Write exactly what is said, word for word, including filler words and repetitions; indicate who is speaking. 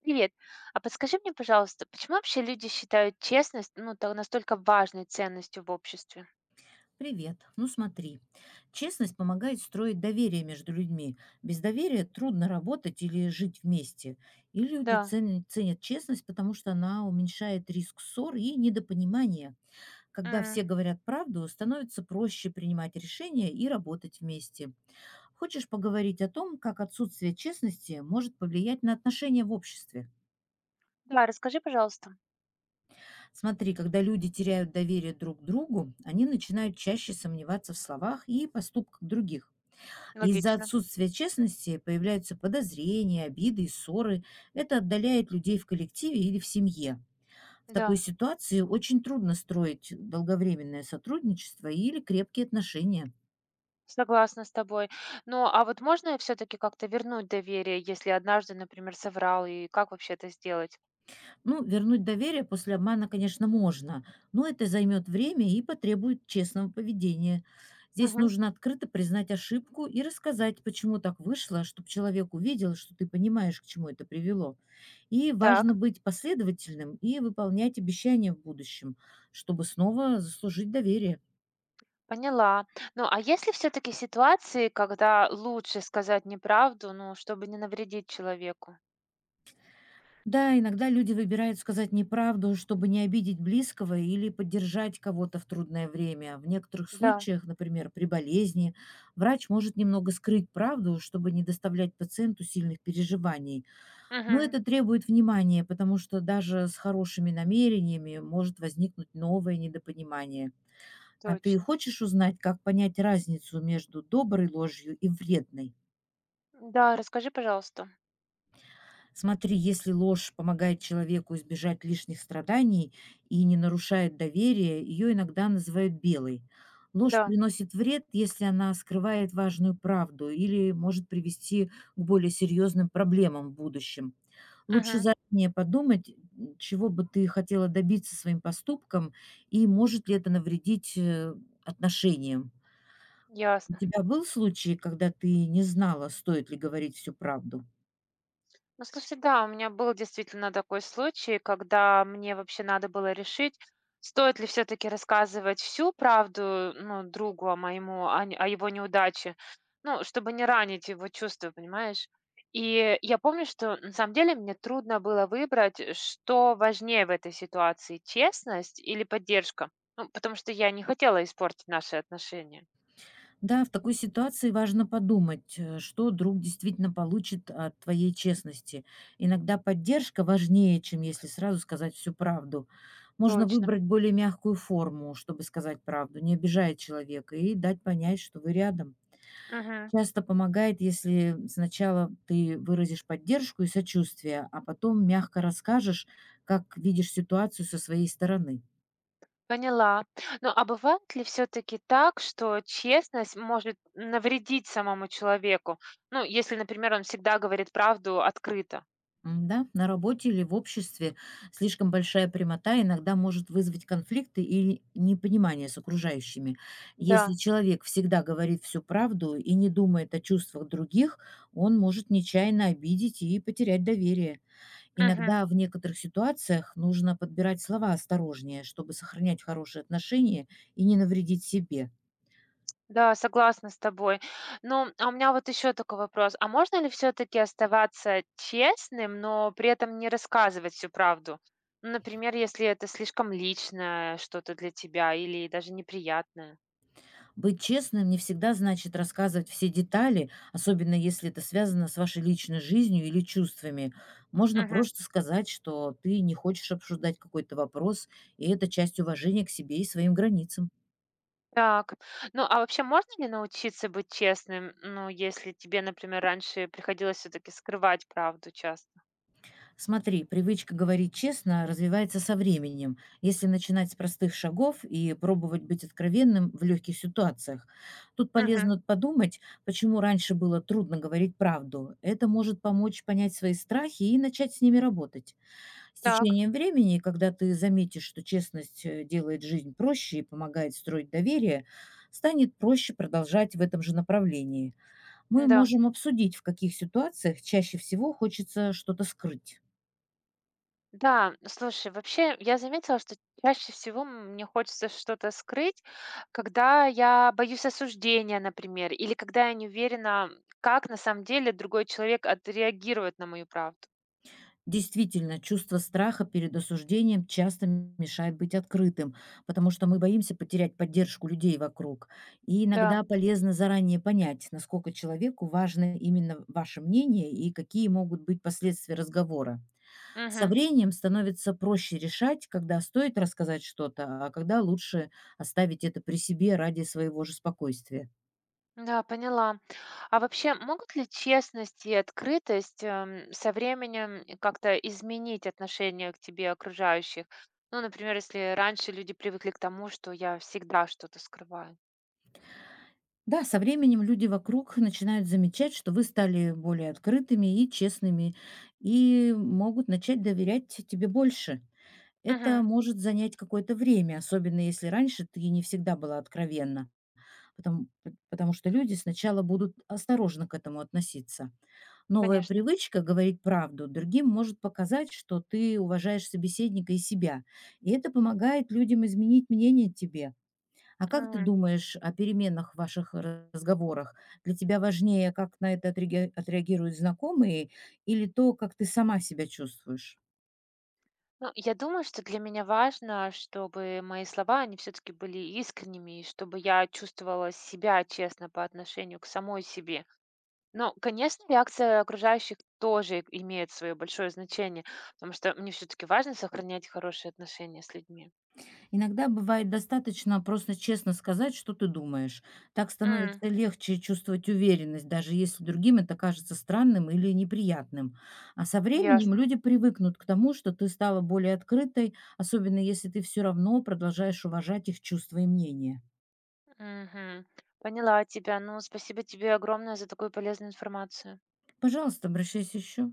Speaker 1: Привет. А подскажи мне, пожалуйста, почему вообще люди считают честность, ну, так настолько важной ценностью в обществе?
Speaker 2: Привет. Ну смотри, честность помогает строить доверие между людьми. Без доверия трудно работать или жить вместе. И люди
Speaker 1: Да.
Speaker 2: ценят, ценят честность, потому что она уменьшает риск ссор и недопонимания. Когда все
Speaker 1: М,
Speaker 2: говорят правду, становится проще принимать решения и работать вместе. Хочешь поговорить о том, как отсутствие честности может повлиять на отношения в обществе?
Speaker 1: Да, расскажи, пожалуйста.
Speaker 2: Смотри, когда люди теряют доверие друг к другу, они начинают чаще сомневаться в словах и поступках других. Из-за
Speaker 1: Логично.
Speaker 2: отсутствия честности появляются подозрения, обиды и ссоры. Это отдаляет людей в коллективе или в семье. В такой
Speaker 1: Да,
Speaker 2: ситуации очень трудно строить долговременное сотрудничество или крепкие отношения.
Speaker 1: согласна с тобой. Ну, а вот можно все-таки как-то вернуть доверие, если однажды, например, соврал, и как вообще это сделать?
Speaker 2: Ну, вернуть доверие после обмана, конечно, можно, но это займет время и потребует честного поведения. Здесь
Speaker 1: Мгм.
Speaker 2: нужно открыто признать ошибку и рассказать, почему так вышло, чтобы человек увидел, что ты понимаешь, к чему это привело. И важно
Speaker 1: Так,
Speaker 2: быть последовательным и выполнять обещания в будущем, чтобы снова заслужить доверие.
Speaker 1: поняла. Ну, а есть ли все-таки ситуации, когда лучше сказать неправду, ну, чтобы не навредить человеку?
Speaker 2: Да, иногда люди выбирают сказать неправду, чтобы не обидеть близкого или поддержать кого-то в трудное время. В некоторых
Speaker 1: Да.
Speaker 2: случаях, например, при болезни, врач может немного скрыть правду, чтобы не доставлять пациенту сильных переживаний. Но
Speaker 1: Мгм.
Speaker 2: это требует внимания, потому что даже с хорошими намерениями может возникнуть новое недопонимание. А ты
Speaker 1: Точно.
Speaker 2: хочешь узнать, как понять разницу между доброй ложью и вредной?
Speaker 1: Да, расскажи, пожалуйста.
Speaker 2: Смотри, если ложь помогает человеку избежать лишних страданий и не нарушает доверие, ее иногда называют белой. Ложь
Speaker 1: Да.
Speaker 2: приносит вред, если она скрывает важную правду или может привести к более серьезным проблемам в будущем. Лучше
Speaker 1: Мгм.
Speaker 2: заранее подумать, м, чего бы ты хотела добиться своим поступком и может ли это навредить э, отношениям. У
Speaker 1: Ясно.
Speaker 2: тебя был случай, когда ты не знала, стоит ли говорить всю правду?
Speaker 1: Ну, слушай, да, у меня был действительно такой случай, когда мне вообще надо было решить, стоит ли все-таки рассказывать всю правду, ну, другу о моему, о, не- о его неудаче, ну, чтобы не ранить его чувства, понимаешь? И я помню, что на самом деле мне трудно было выбрать, э, что важнее в этой ситуации, честность или поддержка, ну, потому что я не хотела испортить наши отношения.
Speaker 2: Да, в такой ситуации важно подумать, э, что друг действительно получит от твоей честности. Иногда поддержка важнее, чем если сразу сказать всю правду. Можно
Speaker 1: Точно.
Speaker 2: выбрать более мягкую форму, чтобы сказать правду, не обижая человека, и дать понять, что вы рядом.
Speaker 1: Мгм.
Speaker 2: Часто помогает, если сначала ты выразишь поддержку и сочувствие, а потом мягко расскажешь, как видишь ситуацию со своей стороны.
Speaker 1: Поняла. Ну, а бывает ли все-таки так, что честность может навредить самому человеку? Ну, если, например, он всегда говорит правду открыто.
Speaker 2: М-да, на работе или в обществе слишком большая прямота иногда может вызвать конфликты и непонимание с окружающими. Если
Speaker 1: Да.
Speaker 2: человек всегда говорит всю правду и не думает о чувствах других, он может нечаянно обидеть и потерять доверие.
Speaker 1: Мгм.
Speaker 2: Иногда в некоторых ситуациях нужно подбирать слова осторожнее, чтобы сохранять хорошие отношения и не навредить себе.
Speaker 1: Да, согласна с тобой. Ну, а у меня вот еще такой вопрос. А можно ли все-таки оставаться честным, но при этом не рассказывать всю правду? Ну, например, если это слишком личное что-то для тебя или даже неприятное.
Speaker 2: Быть честным не всегда значит рассказывать все детали, особенно если это связано с вашей личной жизнью или чувствами. Можно
Speaker 1: Мгм.
Speaker 2: просто сказать, что ты не хочешь обсуждать какой-то вопрос, и это часть уважения к себе и своим границам.
Speaker 1: Так, ну, а вообще можно ли научиться быть честным, ну, если тебе, например, раньше приходилось все таки скрывать правду часто?
Speaker 2: Смотри, привычка говорить честно развивается со временем, если начинать с простых шагов и пробовать быть откровенным в легких ситуациях. Тут
Speaker 1: Угу.
Speaker 2: полезно подумать, почему раньше было трудно говорить правду. Это может помочь понять свои страхи и начать с ними работать. С
Speaker 1: Так,
Speaker 2: течением времени, когда ты заметишь, что честность э, делает жизнь проще и помогает строить доверие, станет проще продолжать в этом же направлении. Мы
Speaker 1: да.
Speaker 2: можем обсудить, в каких ситуациях чаще всего хочется что-то скрыть.
Speaker 1: Да, слушай, вообще я заметила, что чаще всего м- мне хочется что-то скрыть, когда я боюсь осуждения, например, или когда я не уверена, как на самом деле другой человек отреагирует на мою правду.
Speaker 2: Действительно, чувство страха перед осуждением часто мешает быть открытым, потому что мы боимся потерять поддержку людей вокруг. И
Speaker 1: Да.
Speaker 2: иногда полезно заранее понять, насколько человеку важно именно ваше мнение и какие могут быть последствия разговора. Со
Speaker 1: Мгм.
Speaker 2: временем становится проще решать, когда стоит рассказать что-то, а когда лучше оставить это при себе ради своего же спокойствия.
Speaker 1: Да, поняла. А вообще, могут ли честность и открытость, эм, со временем и как-то изменить отношение к тебе окружающих? Ну, например, если раньше люди привыкли к тому, что я всегда что-то скрываю.
Speaker 2: Да, со временем люди вокруг начинают замечать, что вы стали более открытыми и честными, и могут начать доверять тебе больше. Это
Speaker 1: Мгм.
Speaker 2: может занять какое-то время, особенно если раньше ты не всегда была откровенна, потому, потому что люди сначала будут осторожно к этому относиться. Новая
Speaker 1: Конечно.
Speaker 2: привычка говорить правду другим может показать, что ты уважаешь собеседника и себя. И это помогает людям изменить мнение о тебе. А как ты
Speaker 1: М.
Speaker 2: думаешь о переменах в ваших ра- разговорах? Для тебя важнее, как на это отреаге- отреагируют знакомые или то, как ты сама себя чувствуешь?
Speaker 1: Ну, я думаю, что для меня важно, чтобы мои слова, они все-таки были искренними, и чтобы я чувствовала себя честно по отношению к самой себе. Ну, конечно, реакция окружающих тоже имеет свое большое значение, потому что мне все-таки важно сохранять хорошие отношения с людьми.
Speaker 2: Иногда бывает достаточно просто честно сказать, что ты думаешь. Так становится
Speaker 1: М,
Speaker 2: легче чувствовать уверенность, даже если другим это кажется странным или неприятным. А со временем
Speaker 1: ясно.
Speaker 2: люди привыкнут к тому, что ты стала более открытой, особенно если ты все равно продолжаешь уважать их чувства и мнения.
Speaker 1: Мгм. Поняла тебя. Ну, спасибо тебе огромное за такую полезную информацию.
Speaker 2: Пожалуйста, обращайся еще.